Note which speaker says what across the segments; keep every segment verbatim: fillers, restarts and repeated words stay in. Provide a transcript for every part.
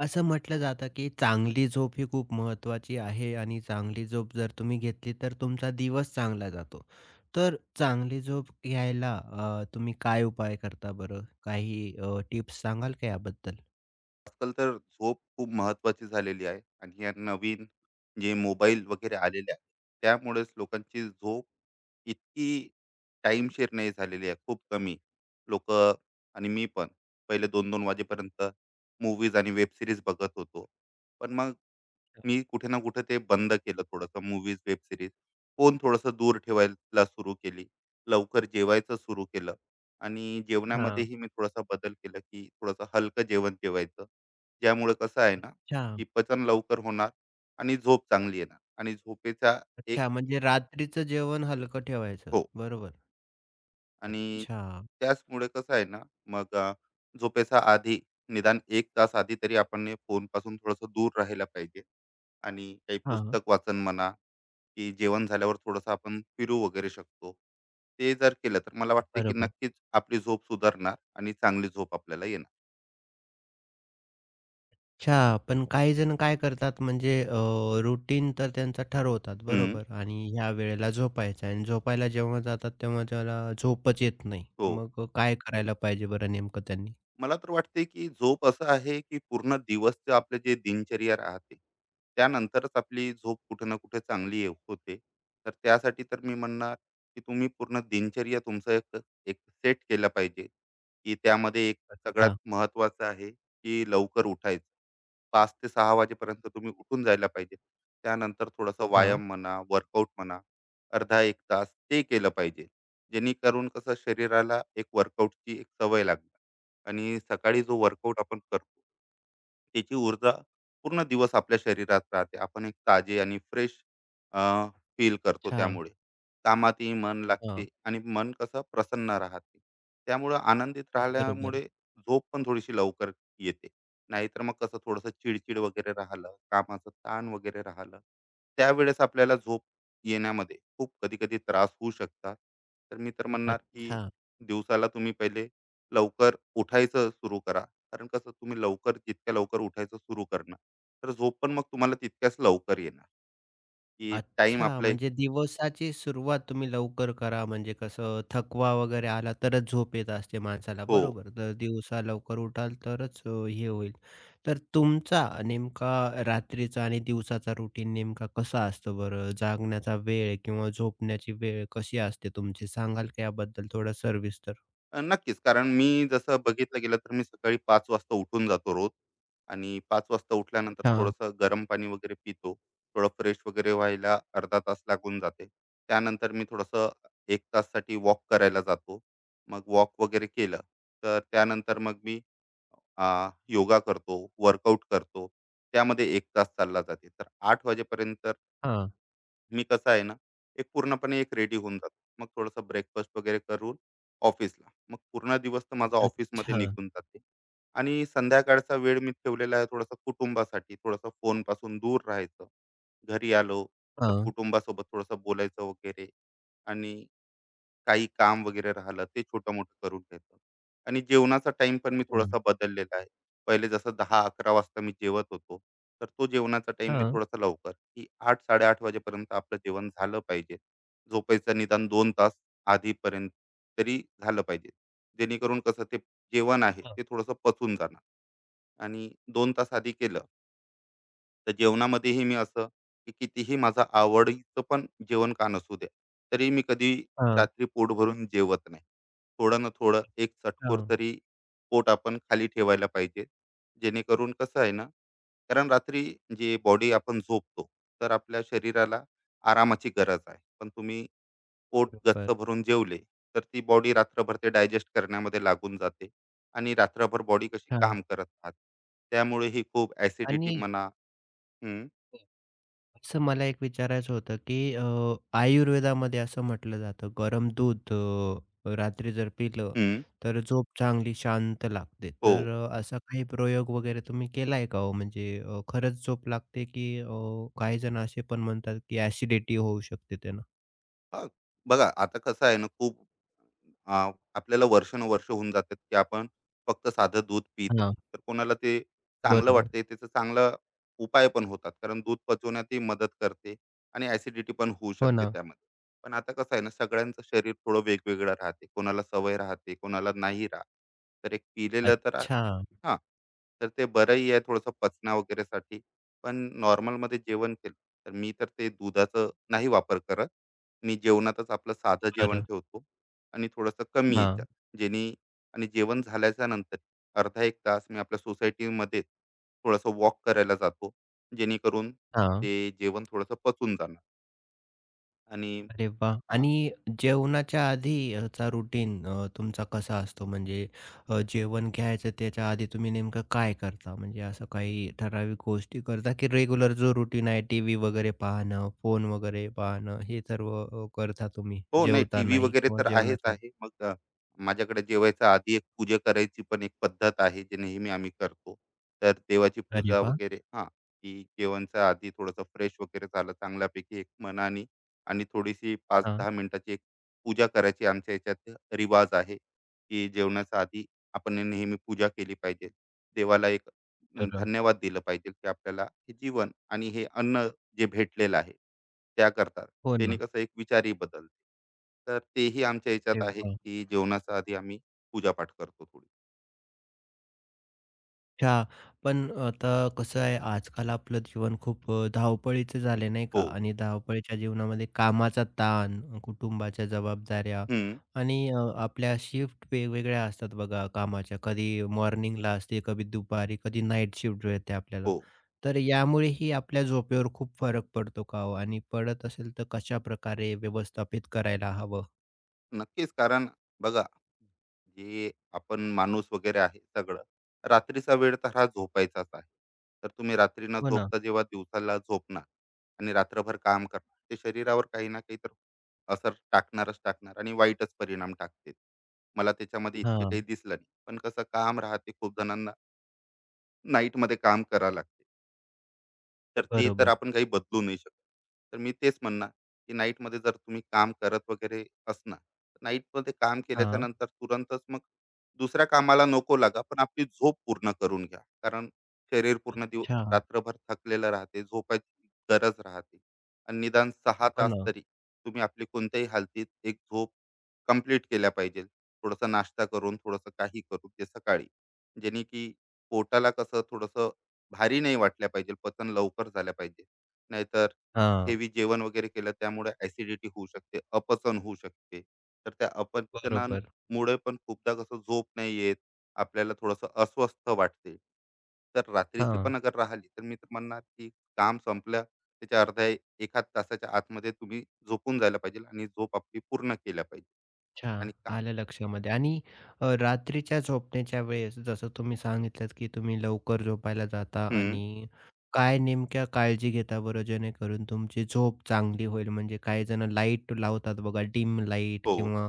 Speaker 1: असं म्हटलं जातं, की चांगली झोप ही खूप महत्त्वाची आहे आणि चांगली झोप जर तुम्ही घेतली, तर तुमचा दिवस चांगला जातो. तर चांगली झोप घ्यायला अ, तुम्ही काय उपाय करता बरं? काही अ, टिप्स सांगाल का याबद्दल?
Speaker 2: आजकाल तर झोप खूप महत्वाची झालेली आहे आणि या नवीन जे मोबाईल वगैरे आलेले आहे त्यामुळेच लोकांची झोप इतकी टाईमशेर नाही झालेली आहे. खूप कमी लोक आणि मी पण पहिले दोन दोन वाजेपर्यंत मूवीज आणि वेब सिरीज बघत होतो. पण मग मी कुठे ना कुठे ते बंद केलं थोडंसं मूवीज, वेब सीरीज. फोन थोडासा दूर ठेवायला सुरू केली. लवकर जेवायचं सुरू केलं आणि
Speaker 1: हां.
Speaker 2: जेवणामध्येही मी थोडासा बदल केला, की थोडंसं हलकं जेवण जेवायचं. ज्यामुळे कसं आहे ना,
Speaker 1: अच्छा,
Speaker 2: की पचन लवकर होणार आणि झोप चांगली येणार आणि झोपेचा एक
Speaker 1: अच्छा म्हणजे रात्रीचं जेवण हलकं ठेवायचं.
Speaker 2: हो
Speaker 1: बरोबर.
Speaker 2: आणि
Speaker 1: अच्छा.
Speaker 2: त्याचमुळे कसं आहे ना, मग अ, झोपेच्या आधी निदान एक तास आधी तरी आपण फोनपासून थोडंसं दूर राहायला पाहिजे आणि काही
Speaker 1: हां,
Speaker 2: पुस्तक वाचन म्हणा की जेवण झाल्यावर थोडंसं आपण फिरू वगैरे शकतो. ते जर केलं तर मला वाटते की
Speaker 1: बरोबर.
Speaker 2: नक्कीच आपली झोप सुधारणार आणि चांगली झोप आपल्याला येणार.
Speaker 1: अच्छा, पण काही जण काय करतात म्हणजे अ, रुटीन तर त्यांचा ठरवतात
Speaker 2: हं,
Speaker 1: बरोबर आणि ह्या वेळेला झोपायचं आणि झोपायला जेव्हा जातात तेव्हा त्याला झोपच येत नाही.
Speaker 2: हो.
Speaker 1: मग काय करायला पाहिजे बरं नेमकं त्यांनी?
Speaker 2: मला तर वाटते की झोप असं आहे की पूर्ण दिवसचं आपले जे दिनचर्या राहते, त्यानंतरच आपली झोप कुठे ना कुठे चांगली ये- होते. तर त्यासाठी तर मी म्हणणार की तुम्ही पूर्ण दिनचर्या तुमचं एक एक सेट केलं पाहिजे, की त्यामध्ये एक सगळ्यात
Speaker 1: अच्छा.
Speaker 2: महत्त्वाचं आहे की लवकर उठायचं. पाच ते सहा वाजेपर्यंत तुम्ही उठून जायला पाहिजे. त्यानंतर थोडासा
Speaker 1: हां.
Speaker 2: व्यायाम म्हणा, वर्कआउट म्हणा, अर्धा एक तास ते केलं पाहिजे. जेणेकरून कसं शरीराला एक वर्कआउटची एक सवय लागणार आणि सकाळी जो वर्कआउट आपण करतो त्याची ऊर्जा पूर्ण दिवस आपल्या शरीरात राहते. आपण एक ताजे आणि फ्रेश अ, फील करतो
Speaker 1: अच्छा.
Speaker 2: त्यामुळे. कामातही मन
Speaker 1: हां.
Speaker 2: लागते आणि मन कसं प्रसन्न राहते. त्यामुळं आनंदित
Speaker 1: बरोबर.
Speaker 2: राहिल्यामुळे झोप पण थोडीशी लवकर येते. नाहीतर मग कसं थोडंसं चिड-चिड वगैरे राहिलं, कामाचं ताण वगैरे राहिलं, त्यावेळेस आपल्याला झोप येण्यामध्ये खूप कधी-कधी त्रास होऊ शकतात. तर मी तर म्हणणार, की
Speaker 1: अच्छा.
Speaker 2: दिवसाला तुम्ही पहिले लवकर उठायचं सुरू करा. कारण कसं तुम्ही लवकर जितक्या लवकर उठायचं सुरू करणार तर झोप पण मग तुम्हाला तितक्याच लवकर येणार की टाइम
Speaker 1: अच्छा,
Speaker 2: आपला एक
Speaker 1: म्हणजे दिवसाची सुरुवात तुम्ही लवकर करा, म्हणजे कसं थकवा वगैरे आला तरच झोप येत असते माणसाला,
Speaker 2: हो.
Speaker 1: बरोबर? तर दिवसा लवकर उठाल तरच अ, हे होईल. तर तुमचा नेमका रात्रीचा आणि दिवसाचा रुटीन नेमका कसा असतो बरं? जागण्याचा वेळ किंवा झोपण्याची वेळ कशी असते तुमची? सांगाल का याबद्दल थोडं सविस्तर?
Speaker 2: अ, नक्कीच कारण मी जसं बघितलं गेलं तर मी सकाळी पाच वाजता उठून जातो रोज आणि पाच वाजता उठल्यानंतर
Speaker 1: हां,
Speaker 2: थोडंसं गरम पाणी वगैरे पितो. थोडं फ्रेश वगैरे व्हायला अर्धा तास लागून जाते. त्यानंतर मी थोडंसं एक ताससाठी वॉक करायला जातो. मग वॉक वगैरे केलं तर त्यानंतर मग मी अ, योगा करतो, वर्कआउट करतो. त्यामध्ये एक तास चालला जाते. तर आठ वाजेपर्यंत
Speaker 1: हां.
Speaker 2: मी कसं आहे ना, एक पूर्णपणे एक रेडी होऊन जातो. मग थोडंसं ब्रेकफास्ट वगैरे करून ऑफिसला. मग पूर्ण दिवस तर माझा ऑफिसमध्ये
Speaker 1: अच्छा.
Speaker 2: निघून जाते. आणि संध्याकाळचा वेळ मी ठेवलेला आहे थोडासा कुटुंबासाठी, थोडासा फोनपासून दूर राहायचं. घरी आलो तर
Speaker 1: हां,
Speaker 2: कुटुंबासोबत थोडंसं बोलायचं वगैरे आणि काही काम वगैरे राहिलं ते छोटं-मोठं करून घेतो. आणि जेवणाचा टाइम पण मी
Speaker 1: हां,
Speaker 2: थोडासा बदललेला आहे. पहिले जसं दहा अकरा वाजता मी जेवत होतो, तर तो जेवणाचा टाईम मी
Speaker 1: हां,
Speaker 2: थोडासा लवकर, की आठ-साडे आठ वाजेपर्यंत आपलं जेवण झालं पाहिजे. झोपायचं निदान दोन तास आधीपर्यंत तरी झालं पाहिजे. जेणेकरून कसं ते जेवण आहे
Speaker 1: हां,
Speaker 2: ते थोडंसं पचून जाणार आणि दोन तास आधी केलं तर जेवणामध्येही मी असं, की कितीही माझं आवडीचं पण जेवण का नसू द्या, तरी मी कधी
Speaker 1: हां,
Speaker 2: रात्री पोट भरून जेवत नाही. थोडं ना थोडं एक चटकोर
Speaker 1: हां,
Speaker 2: तरी पोट आपण खाली ठेवायला पाहिजे. जेणेकरून कसं आहे ना, कारण रात्री जे बॉडी आपण झोपतो, तर आपल्या शरीराला आरामाची गरज आहे. पण तुम्ही पोट गच्च
Speaker 1: बरोबर.
Speaker 2: भरून जेवले, तर ती बॉडी रात्रभर ते डायजेस्ट करण्यामध्ये लागून जाते आणि रात्रभर बॉडी कशी
Speaker 1: हां
Speaker 2: काम करत राहते. त्यामुळे ही खूप ॲसिडिटी
Speaker 1: आणि
Speaker 2: म्हणा.
Speaker 1: असं मला एक विचारायचं होतं, की अ, आयुर्वेदामध्ये असं म्हटलं जातं, गरम दूध अ, रात्री जर पिलं,
Speaker 2: हं,
Speaker 1: तर झोप चांगली शांत लागते.
Speaker 2: हो.
Speaker 1: तर अ, असा काही प्रयोग वगैरे तुम्ही केलाय का हो? म्हणजे अ, खरंच झोप लागते, की अ, काही जण असे पण म्हणतात, की ॲसिडिटी होऊ शकते त्यानं?
Speaker 2: हां, बघा आता कसं आहे ना खूप अ, आपल्याला वर्षानुवर्ष होऊन जातात, की आपण फक्त साधं दूध पित
Speaker 1: हां,
Speaker 2: नाही. तर कोणाला ते चांगलं
Speaker 1: बरोबर.
Speaker 2: वाटते, त्याचा चांगला उपाय पण होतात. कारण दूध पचवण्यातही मदत करते आणि ॲसिडिटी पण होऊ
Speaker 1: हो
Speaker 2: शकते
Speaker 1: ना.
Speaker 2: त्यामध्ये. पण आता कसं आहे ना, सगळ्यांचं शरीर थोडं वेगवेगळं राहते. कोणाला सवय राहते, कोणाला नाही राहत. तर एक पिलेलं तर
Speaker 1: अच्छा,
Speaker 2: हां, तर ते बरंही आहे थोडंसं पचना वगैरेसाठी. पण नॉर्मलमध्ये जेवण केलं, तर मी तर ते दुधाचं नाही वापर करत. मी जेवणातच आपलं साधं जेवण
Speaker 1: बरं.
Speaker 2: ठेवतो आणि थोडंसं कमी
Speaker 1: हां,
Speaker 2: याच्यात. जेणे आणि जेवण झाल्याच्या नंतर अर्धा एक तास मी आपल्या सोसायटीमध्ये थोडंसं वॉक करायला जातो. जेणेकरून
Speaker 1: हां.
Speaker 2: ते जेवण थोडंसं पचून जाणार आणि
Speaker 1: अरे वाह!
Speaker 2: हां,
Speaker 1: आणि जेवणाच्या आधीचा रुटीन अ, तुमचा कसा असतो? म्हणजे अ, जेवण घ्यायचं त्याच्या आधी तुम्ही नेमकं काय करता? म्हणजे असं काही ठराविक गोष्टी करता, की रेग्युलर जो रुटीन आहे टीव्ही वगैरे पाहणं, फोन वगैरे पाहणं हे सर्व अ, करता तुम्ही
Speaker 2: हो, नाही टीव्ही
Speaker 1: जेवतानाही
Speaker 2: वगैरे
Speaker 1: किंवा
Speaker 2: तर आहेच
Speaker 1: जेवणाच्या
Speaker 2: आहे.
Speaker 1: आधी?
Speaker 2: मग अ, माझ्याकडे जेवायच्या आधी एक पूजा करायची पण एक पद्धत आहे, जे नेहमी आम्ही करतो. तर देवाची
Speaker 1: अरे
Speaker 2: पूजा
Speaker 1: वाह!
Speaker 2: वगैरे हां, की जेवणच्या आधी थोडंसं फ्रेश वगैरे झालं चांगल्यापैकी एक मनाने आणि थोडीशी
Speaker 1: हां,
Speaker 2: पाच दहा मिनिटाची एक पूजा करायची आमच्या ह्याच्यात रिवाज आहे, की जेवणाच्या आधी आपण नेहमी पूजा केली पाहिजे. देवाला एक अ,
Speaker 1: तर
Speaker 2: धन्यवाद दिलं पाहिजे, की आपल्याला हे जीवन आणि हे अन्न जे भेटलेलं आहे, त्याकरता.
Speaker 1: हो
Speaker 2: त्याने
Speaker 1: ना.
Speaker 2: कसं एक विचारही बदलते. तर तेही आमच्या ह्याच्यात
Speaker 1: अरे
Speaker 2: आहे,
Speaker 1: वाह!
Speaker 2: की जेवणाच्या आधी आम्ही पूजापाठ करतो थोडी.
Speaker 1: अच्छा. पण आता कसं आहे, आजकाल आपलं जीवन खूप अ, धावपळीचं झाले नाही का?
Speaker 2: हो.
Speaker 1: आणि धावपळीच्या जीवनामध्ये कामाचा ताण, अ, कुटुंबाच्या जबाबदाऱ्या
Speaker 2: हं.
Speaker 1: आणि अ, आपल्या शिफ्ट वेगवेगळ्या असतात बघा कामाच्या. कधी मॉर्निंगला असते, कधी दुपारी, कधी नाईट शिफ्ट मिळते आपल्याला.
Speaker 2: हो.
Speaker 1: तर यामुळेही आपल्या झोपेवर खूप फरक पडतो का हो? आणि पडत असेल तर कशाप्रकारे व्यवस्थापित करायला हवं?
Speaker 2: नक्कीच कारण बघा, जे आपण माणूस वगैरे आहे सगळं, रात्रीचा वेळ तर हा झोपायचाच आहे. तर तुम्ही रात्री न
Speaker 1: हो ना.
Speaker 2: झोपता जेव्हा दिवसाला झोपणार आणि रात्रभर काम करणार, ते शरीरावर काही ना काही तर असर टाकणारच टाकणार आणि वाईटच परिणाम टाकते. मला त्याच्यामध्ये इतके काही
Speaker 1: हां.
Speaker 2: दिसलं नाही. पण कसं काम राहते खूप जणांना नाईटमध्ये काम करावं लागते. तर ते तर
Speaker 1: बरोबर.
Speaker 2: आपण काही बदलू नाही शकत. तर मी तेच म्हणणार, की नाईटमध्ये जर तुम्ही काम करत वगैरे असणार, तर नाईटमध्ये काम केल्याच्या
Speaker 1: हां.
Speaker 2: नंतर तुरंतच मग दुसऱ्या कामाला नको लागा, पण आपली झोप पूर्ण करून घ्या. कारण शरीर पूर्ण दिव
Speaker 1: अच्छा.
Speaker 2: रात्रभर थकलेलं राहते, झोपायची गरज राहते आणि निदान सहा
Speaker 1: हो
Speaker 2: तास
Speaker 1: ना.
Speaker 2: तरी तुम्ही आपली कोणत्याही हालतीत एक झोप कंप्लीट केल्या पाहिजे. थोडासा नाश्ता करून, थोडंसं काही करून ते सकाळी. जेणे की पोटाला कसं थोडंसं भारी नाही वाटल्या पाहिजे, पचन लवकर झाल्या पाहिजे. नाहीतर
Speaker 1: हां.
Speaker 2: हेवी जेवण वगैरे केलं त्यामुळे ॲसिडिटी होऊ शकते, अपचन होऊ शकते. तर त्या
Speaker 1: बरोबर.
Speaker 2: अपचनामुळे पण खूपदा कसं झोप नाही येत, आपल्याला थोडंसं अस्वस्थ वाटते. तर रात्रीची
Speaker 1: हां.
Speaker 2: पण अगर राहिली तर मी तर म्हणणार, की काम संपलं त्याच्या अर्ध्या एक तासाच्या आतमध्ये तुम्ही झोपून जायला पाहिजे आणि झोप आपली पूर्ण केल्या पाहिजे
Speaker 1: अच्छा.
Speaker 2: आणि काम.
Speaker 1: आलं लक्षामध्ये आणि अ, रात्रीच्या झोपण्याच्या वेळेस जसं तुम्ही सांगितलंत, की तुम्ही लवकर झोपायला जाता
Speaker 2: हं.
Speaker 1: आणि काय नेमक्या काळजी घेता बरं जेणेकरून तुमची झोप चांगली होईल? म्हणजे काही जण लाईट लावतात बघा डिम लाईट
Speaker 2: हो.
Speaker 1: किंवा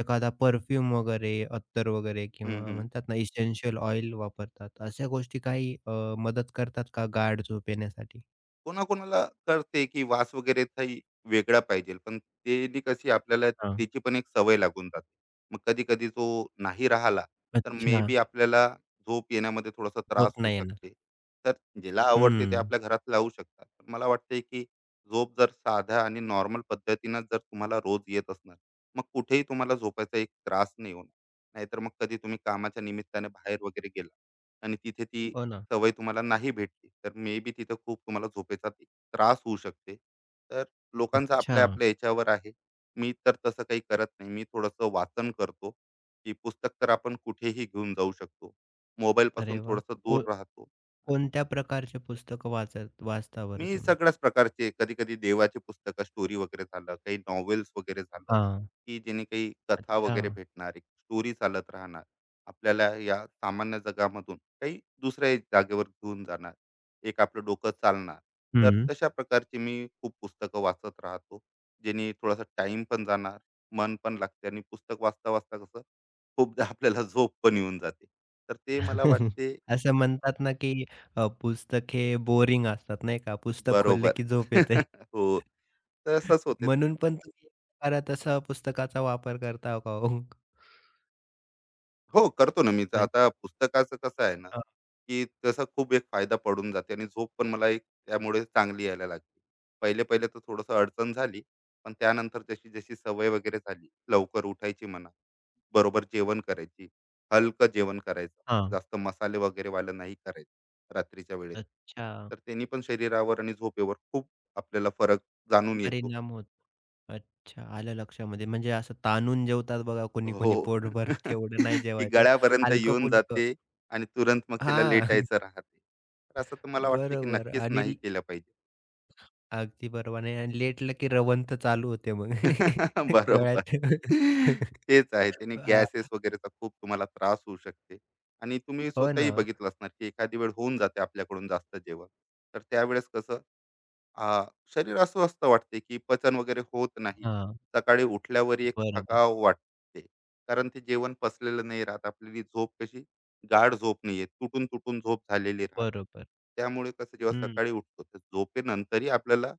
Speaker 1: एखादा परफ्यूम वगैरे, अत्तर वगैरे
Speaker 2: हं,
Speaker 1: किंवा
Speaker 2: हं.
Speaker 1: म्हणतात ना इसेन्शियल ऑइल वापरतात. अशा गोष्टी काही अ, मदत करतात का गाढ झोप येण्यासाठी?
Speaker 2: कोणाकोणाला करते की वास वगैरे काही वेगळा पाहिजे पण त्यांनी कशी आपल्याला
Speaker 1: हां.
Speaker 2: त्याची पण एक सवय लागून जाते. मग कधी कधी तो नाही राहिला तर मे
Speaker 1: अच्छा.
Speaker 2: बी आपल्याला झोप येण्यामध्ये थोडासा त्रास
Speaker 1: झोप
Speaker 2: होऊ
Speaker 1: नाही येणार.
Speaker 2: शकते. तर ज्याला आवडते ते
Speaker 1: हं.
Speaker 2: आपल्या घरात लावू शकतात पण मला वाटते की झोप जर साध्या आणि नॉर्मल पद्धतीनं जर तुम्हाला रोज येत असणार मग कुठेही तुम्हाला झोपायचा एक त्रास नाही होणार. नाहीतर मग कधी तुम्ही कामाच्या निमित्ताने बाहेर वगैरे गेला आणि तिथे ती
Speaker 1: हो ना.
Speaker 2: सवय तुम्हाला नाही भेटली तर मे बी तिथं खूप तुम्हाला झोपेचा ती- त्रास होऊ शकते. तर लोकांचा
Speaker 1: अच्छा.
Speaker 2: आपल्या आपल्या याच्यावर आहे. मी तर तसं काही करत नाही. मी थोडंसं वाचन करतो की पुस्तक तर आपण कुठेही घेऊन जाऊ शकतो.
Speaker 1: अरे
Speaker 2: मोबाईलपासून
Speaker 1: वाह!
Speaker 2: थोडंसं दूर राहतो.
Speaker 1: कोणत्या प्रकारचे पुस्तकं वाचत वाचता बरं
Speaker 2: मी
Speaker 1: तुम्ही?
Speaker 2: सगळ्याच प्रकारचे कधी कधी देवाचे पुस्तकं स्टोरी वगैरे झालं काही नॉवेल्स वगैरे झालं
Speaker 1: हां.
Speaker 2: की जेणे काही कथा
Speaker 1: अच्छा.
Speaker 2: वगैरे भेटणार एक स्टोरी चालत राहणार. आपल्याला या सामान्य जगामधून काही दुसऱ्या एक जागेवर घेऊन जाणार एक आपलं डोकं चालणार. तर
Speaker 1: हं.
Speaker 2: तशा प्रकारची मी खूप पुस्तकं वाचत राहतो जेणे थोडासा टाइम पण जाणार मन पण लागते आणि पुस्तक वाचता वाचता कसं खूपदा आपल्याला झोप पण येऊन जाते. तर ते मला वाटते
Speaker 1: असं म्हणतात ना, की अ, पुस्तक हे बोरिंग असतात नाही का? पुस्तक खोललं
Speaker 2: बरोबर
Speaker 1: की झोप येते.
Speaker 2: हो तसंच होते.
Speaker 1: म्हणून पण तुम्ही परत असा पुस्तकाचा वापर करता का हो?
Speaker 2: हो, करतो ना मी. तर
Speaker 1: पण
Speaker 2: आता पुस्तकाचं कसं आहे ना,
Speaker 1: अ,
Speaker 2: की तसा खूप एक फायदा पडून जाते आणि झोप पण मला एक त्यामुळे चांगली यायला लागली. पहिले-पहिले तर थोडंसं अडचण झाली, पण त्यानंतर त्याची जशी सवय वगैरे झाली, लवकर उठायची म्हणा, बरोबर जेवण करायची, हलकं जेवण करायचं,
Speaker 1: हां.
Speaker 2: जास्त मसाले वगैरेवालं नाही करायचं रात्रीच्या वेळेस.
Speaker 1: अच्छा.
Speaker 2: तर त्यांनी पण शरीरावर आणि झोपेवर खूप आपल्याला फरक जाणून येतो.
Speaker 1: परिणाम होतो. अच्छा. आलं लक्षामध्ये. म्हणजे असं ताणून जेवतात बघा
Speaker 2: हो.
Speaker 1: कोणी-कोणी पोटभर तेवढं नाही
Speaker 2: की
Speaker 1: जेवायचं.
Speaker 2: गळ्यापर्यंत येऊन
Speaker 1: हलकं-फुलकं.
Speaker 2: जाते आणि तुरंत मग तिला
Speaker 1: हां.
Speaker 2: लेटायचं राहते. तर असं तर मला वाटते की
Speaker 1: बरोबर
Speaker 2: नक्कीच
Speaker 1: आणि
Speaker 2: नाही केलं पाहिजे.
Speaker 1: अगदी बरोबर आहे आणि लेटलं की रवंथ चालू होते मग.
Speaker 2: बरोबर.
Speaker 1: गळ्यात
Speaker 2: तेच आहे. त्याने
Speaker 1: अ,
Speaker 2: गॅसेस वगैरेचा खूप तुम्हाला त्रास होऊ शकते आणि तुम्ही
Speaker 1: हो
Speaker 2: स्वतःही
Speaker 1: ना.
Speaker 2: बघितलं असणार की एखादी वेळ होऊन जाते आपल्याकडून जास्त जेवण. तर त्यावेळेस कसं आ, शरीर अस्वस्थ वाटते की पचन वगैरे होत नाही.
Speaker 1: हां,
Speaker 2: सकाळी उठल्यावर एक
Speaker 1: बरोबर,
Speaker 2: थकाव वाटते कारण ते जेवण पचलेलं नाही राहत. आपली झोप कशी गाढ झोप नाहीये. तुटून तुटून झोप झालेली राहते.
Speaker 1: बरोबर.
Speaker 2: त्यामुळे कसं जेव्हा
Speaker 1: हं,
Speaker 2: सकाळी उठतो तर झोपेनंतरही आपल्याला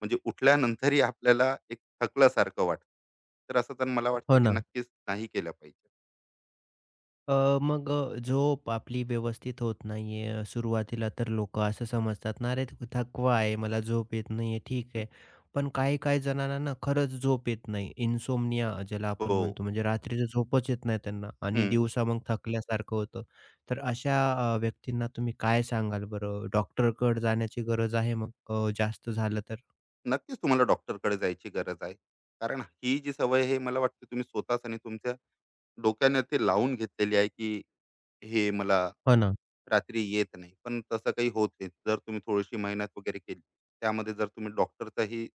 Speaker 2: म्हणजे उठल्यानंतरही आपल्याला एक थकल्यासारखं वाटतं. तर असं तर मला वाटते
Speaker 1: हो
Speaker 2: की
Speaker 1: ना.
Speaker 2: नक्कीच नाही केलं पाहिजे.
Speaker 1: अ, मग अ, झोप आपली व्यवस्थित होत नाहीये. सुरुवातीला तर लोकं असं समजतात ना, "अरे, थकवा आहे, मला झोप येत नाहीये." ठीक आहे. पण काही-काही जणांना ना खरंच झोप येत नाही. इन्सोम्निया ज्याला आपण
Speaker 2: हो.
Speaker 1: म्हणतो, म्हणजे रात्रीचं झोपच येत नाही त्यांना आणि
Speaker 2: हम्म.
Speaker 1: दिवसा मग थकल्यासारखं होतं. तर अशा अ, व्यक्तींना तुम्ही काय सांगाल बरं? डॉक्टरकडे जाण्याची गरज आहे मग अ, जास्त झालं तर?
Speaker 2: नक्कीच तुम्हाला डॉक्टरकडे जायची गरज आहे. कारण ही जी सवय आहे मला वाटते तुम्ही स्वतःच आणि तुमच्या डोक्याने ते लावून घेतलेली आहे, की हे मला
Speaker 1: हो ना.
Speaker 2: रात्री येत नाही. पण तसं काही होत नाही. जर तुम्ही थोडीशी मेहनत वगैरे केली, त्यामध्ये जर तुम्ही डॉक्टरचाही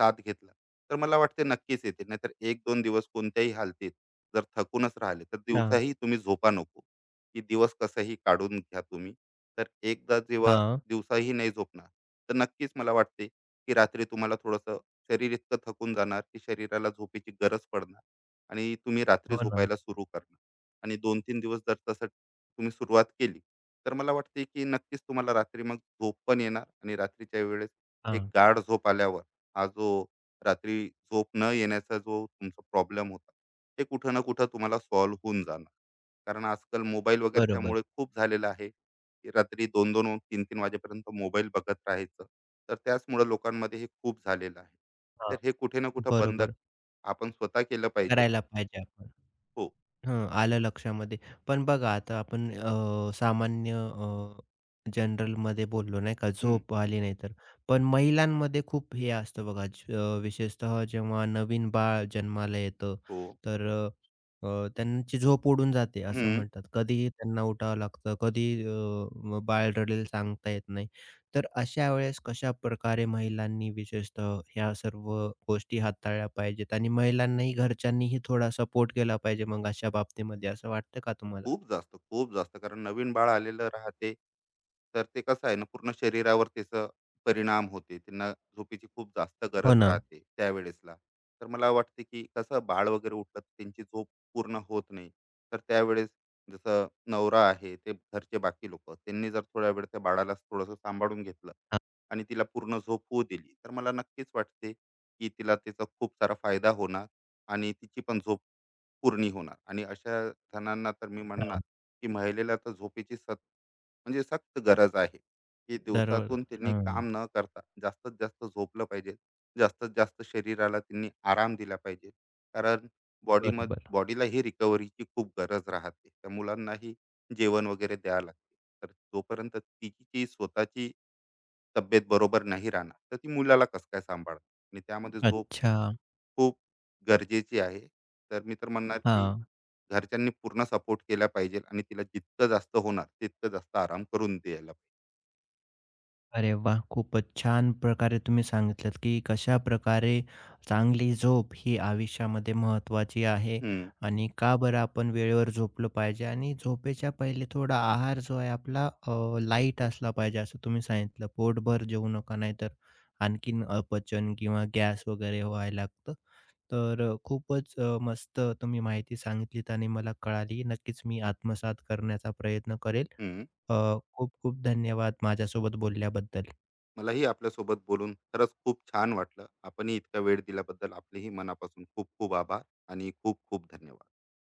Speaker 2: साथ घेतला, तर मला वाटते नक्कीच येते. नाहीतर एक दोन दिवस कोणत्याही हालतीत जर थकूनच राहिले, तर
Speaker 1: हां.
Speaker 2: दिवसाही तुम्ही झोपा नको, की दिवस कसाही काढून घ्या तुम्ही. तर एकदा जेव्हा
Speaker 1: हां.
Speaker 2: दिवसाही नाही झोपणार, तर नक्कीच मला वाटते, की रात्री तुम्हाला थोडंसं शरीर इतकं थकून जाणार, की शरीराला झोपेची गरज पडणार आणि तुम्ही रात्री
Speaker 1: हो ना.
Speaker 2: झोपायला सुरू करणार. आणि दोन तीन दिवस जर तसं तुम्ही सुरुवात केली तर मला वाटते की नक्कीच तुम्हाला रात्री मग झोप पण येणार आणि रात्रीच्या वेळेस एक
Speaker 1: हां.
Speaker 2: गाढ झोप आल्यावर हा जो रात्री झोप न येण्याचा जो तुमचा प्रॉब्लेम होता ते कुठं ना कुठं तुम्हाला सॉल्व्ह होऊन जाणार. कारण आजकाल मोबाईल
Speaker 1: बरोबर.
Speaker 2: वगैरेच्यामुळे खूप झालेलं आहे की रात्री दोन दोन तीन तीन वाजेपर्यंत मोबाईल बघत राहायचं. तर त्याचमुळे लोकांमध्ये हे खूप झालेलं आहे. तर
Speaker 1: हां.
Speaker 2: हे कुठे ना कुठं बंद
Speaker 1: बरोबर.
Speaker 2: आपण स्वतः केलं पाहिजे.
Speaker 1: करायला पाहिजे आपण.
Speaker 2: हो.
Speaker 1: हं, आलं लक्षामध्ये. पण बघा आता आपण अ, सामान्य अ, जनरलमध्ये बोललो नाही का,
Speaker 2: हम्म,
Speaker 1: झोप आली नाही तर. पण महिलांमध्ये खूप हे असतं बघा, ज अ, विशेषतः जेव्हा नवीन बाळ जन्माला येतं,
Speaker 2: हो.
Speaker 1: तर अ, अ, त्यांची झोप उडून जाते असं
Speaker 2: हम्म.
Speaker 1: म्हणतात. कधी त्यांना उठावं लागतं, कधी अ, म बाळ रडेल सांगता येत नाही. तर अशा वेळेस कशाप्रकारे महिलांनी विशेषतः ह्या सर्व गोष्टी हाताळल्या पाहिजेत आणि महिलांनाही घरच्यांनीही थोडा सपोर्ट केला पाहिजे मग अशा बाबतीमध्ये, असं वाटतं का तुम्हाला?
Speaker 2: खूप जास्त, खूप जास्त. कारण नवीन बाळ आलेलं राहते, तर ते कसं आहे ना पूर्ण शरीरावर त्याचा परिणाम होते. त्यांना झोपेची खूप जास्त
Speaker 1: हो
Speaker 2: गरज
Speaker 1: ना.
Speaker 2: राहते त्यावेळेसला. तर मला वाटते, की कसं बाळ वगैरे उठलं तर त्यांची झोप पूर्ण होत नाही. तर त्यावेळेस जसं नवरा आहे, ते घरचे बाकी लोकं, त्यांनी जर थोड्या वेळ त्या बाळाला थोडंसं सांभाळून घेतलं आणि तिला पूर्ण झोप होऊ दिली, तर मला नक्कीच वाटते, की तिला त्याचा खूप सारा फायदा होणार आणि तिची पण झोप पूर्ण होणार आणि अशा जणांना तर मी म्हणणार
Speaker 1: अच्छा.
Speaker 2: की महिलेला तर झोपेची सत म्हणजे सक्त गरज आहे की
Speaker 1: बरोबर.
Speaker 2: दिवसातून त्यांनी
Speaker 1: हं.
Speaker 2: काम न करता जास्तीत जास्त झोपलं पाहिजे. जास्तीत जास्त शरीराला त्यांनी आराम दिला पाहिजे कारण बॉडी मध
Speaker 1: बरोबर.
Speaker 2: बॉडीला ही रिकव्हरीची खूप गरज राहते. त्या मुलांनाही जेवण वगैरे द्यावं लागते. तर जोपर्यंत तिची जी स्वतःची तब्येत बरोबर नाही राहणार तर ती मुलाला कसं काय सांभाळणार आणि त्यामध्ये झोप
Speaker 1: अच्छा.
Speaker 2: खूप गरजेची आहे. तर मी तर म्हणणार नक्कीच. की
Speaker 1: हां.
Speaker 2: घरच्यांनी पूर्ण सपोर्ट केला पाहिजे आणि तिला जितकं जास्त होणार तितकं जास्त आराम करून द्यायला पाहिजे.
Speaker 1: अरे वाह! खूपच छान प्रकारे तुम्ही सांगितलत, की कशाप्रकारे चांगली झोप ही आयुष्यामध्ये महत्त्वाची आहे
Speaker 2: हं,
Speaker 1: आणि का बरं आपण वेळेवर झोपलं पाहिजे आणि झोपेच्या पहिले थोडा आहार जो आहे आपला अ, लाईट असला पाहिजे असं तुम्ही सांगितलं. पोटभर जेवू नका नाहीतर आणखीन अपचन किंवा गॅस वगैरे व्हायला लागतं. तर अ, खूपच अ, मस्त तुम्ही माहिती सांगितलीत आणि मला कळाली. नक्कीच मी आत्मसात करण्याचा प्रयत्न करेल.
Speaker 2: हं.
Speaker 1: अ, खूप खूप धन्यवाद माझ्यासोबत बोलल्याबद्दल.
Speaker 2: मलाही आपल्यासोबत बोलून खरंच खूप छान वाटलं. आपणही इतका वेळ दिल्याबद्दल आपलेही मनापासून खूप खूप आभार आणि खूप खूप धन्यवाद.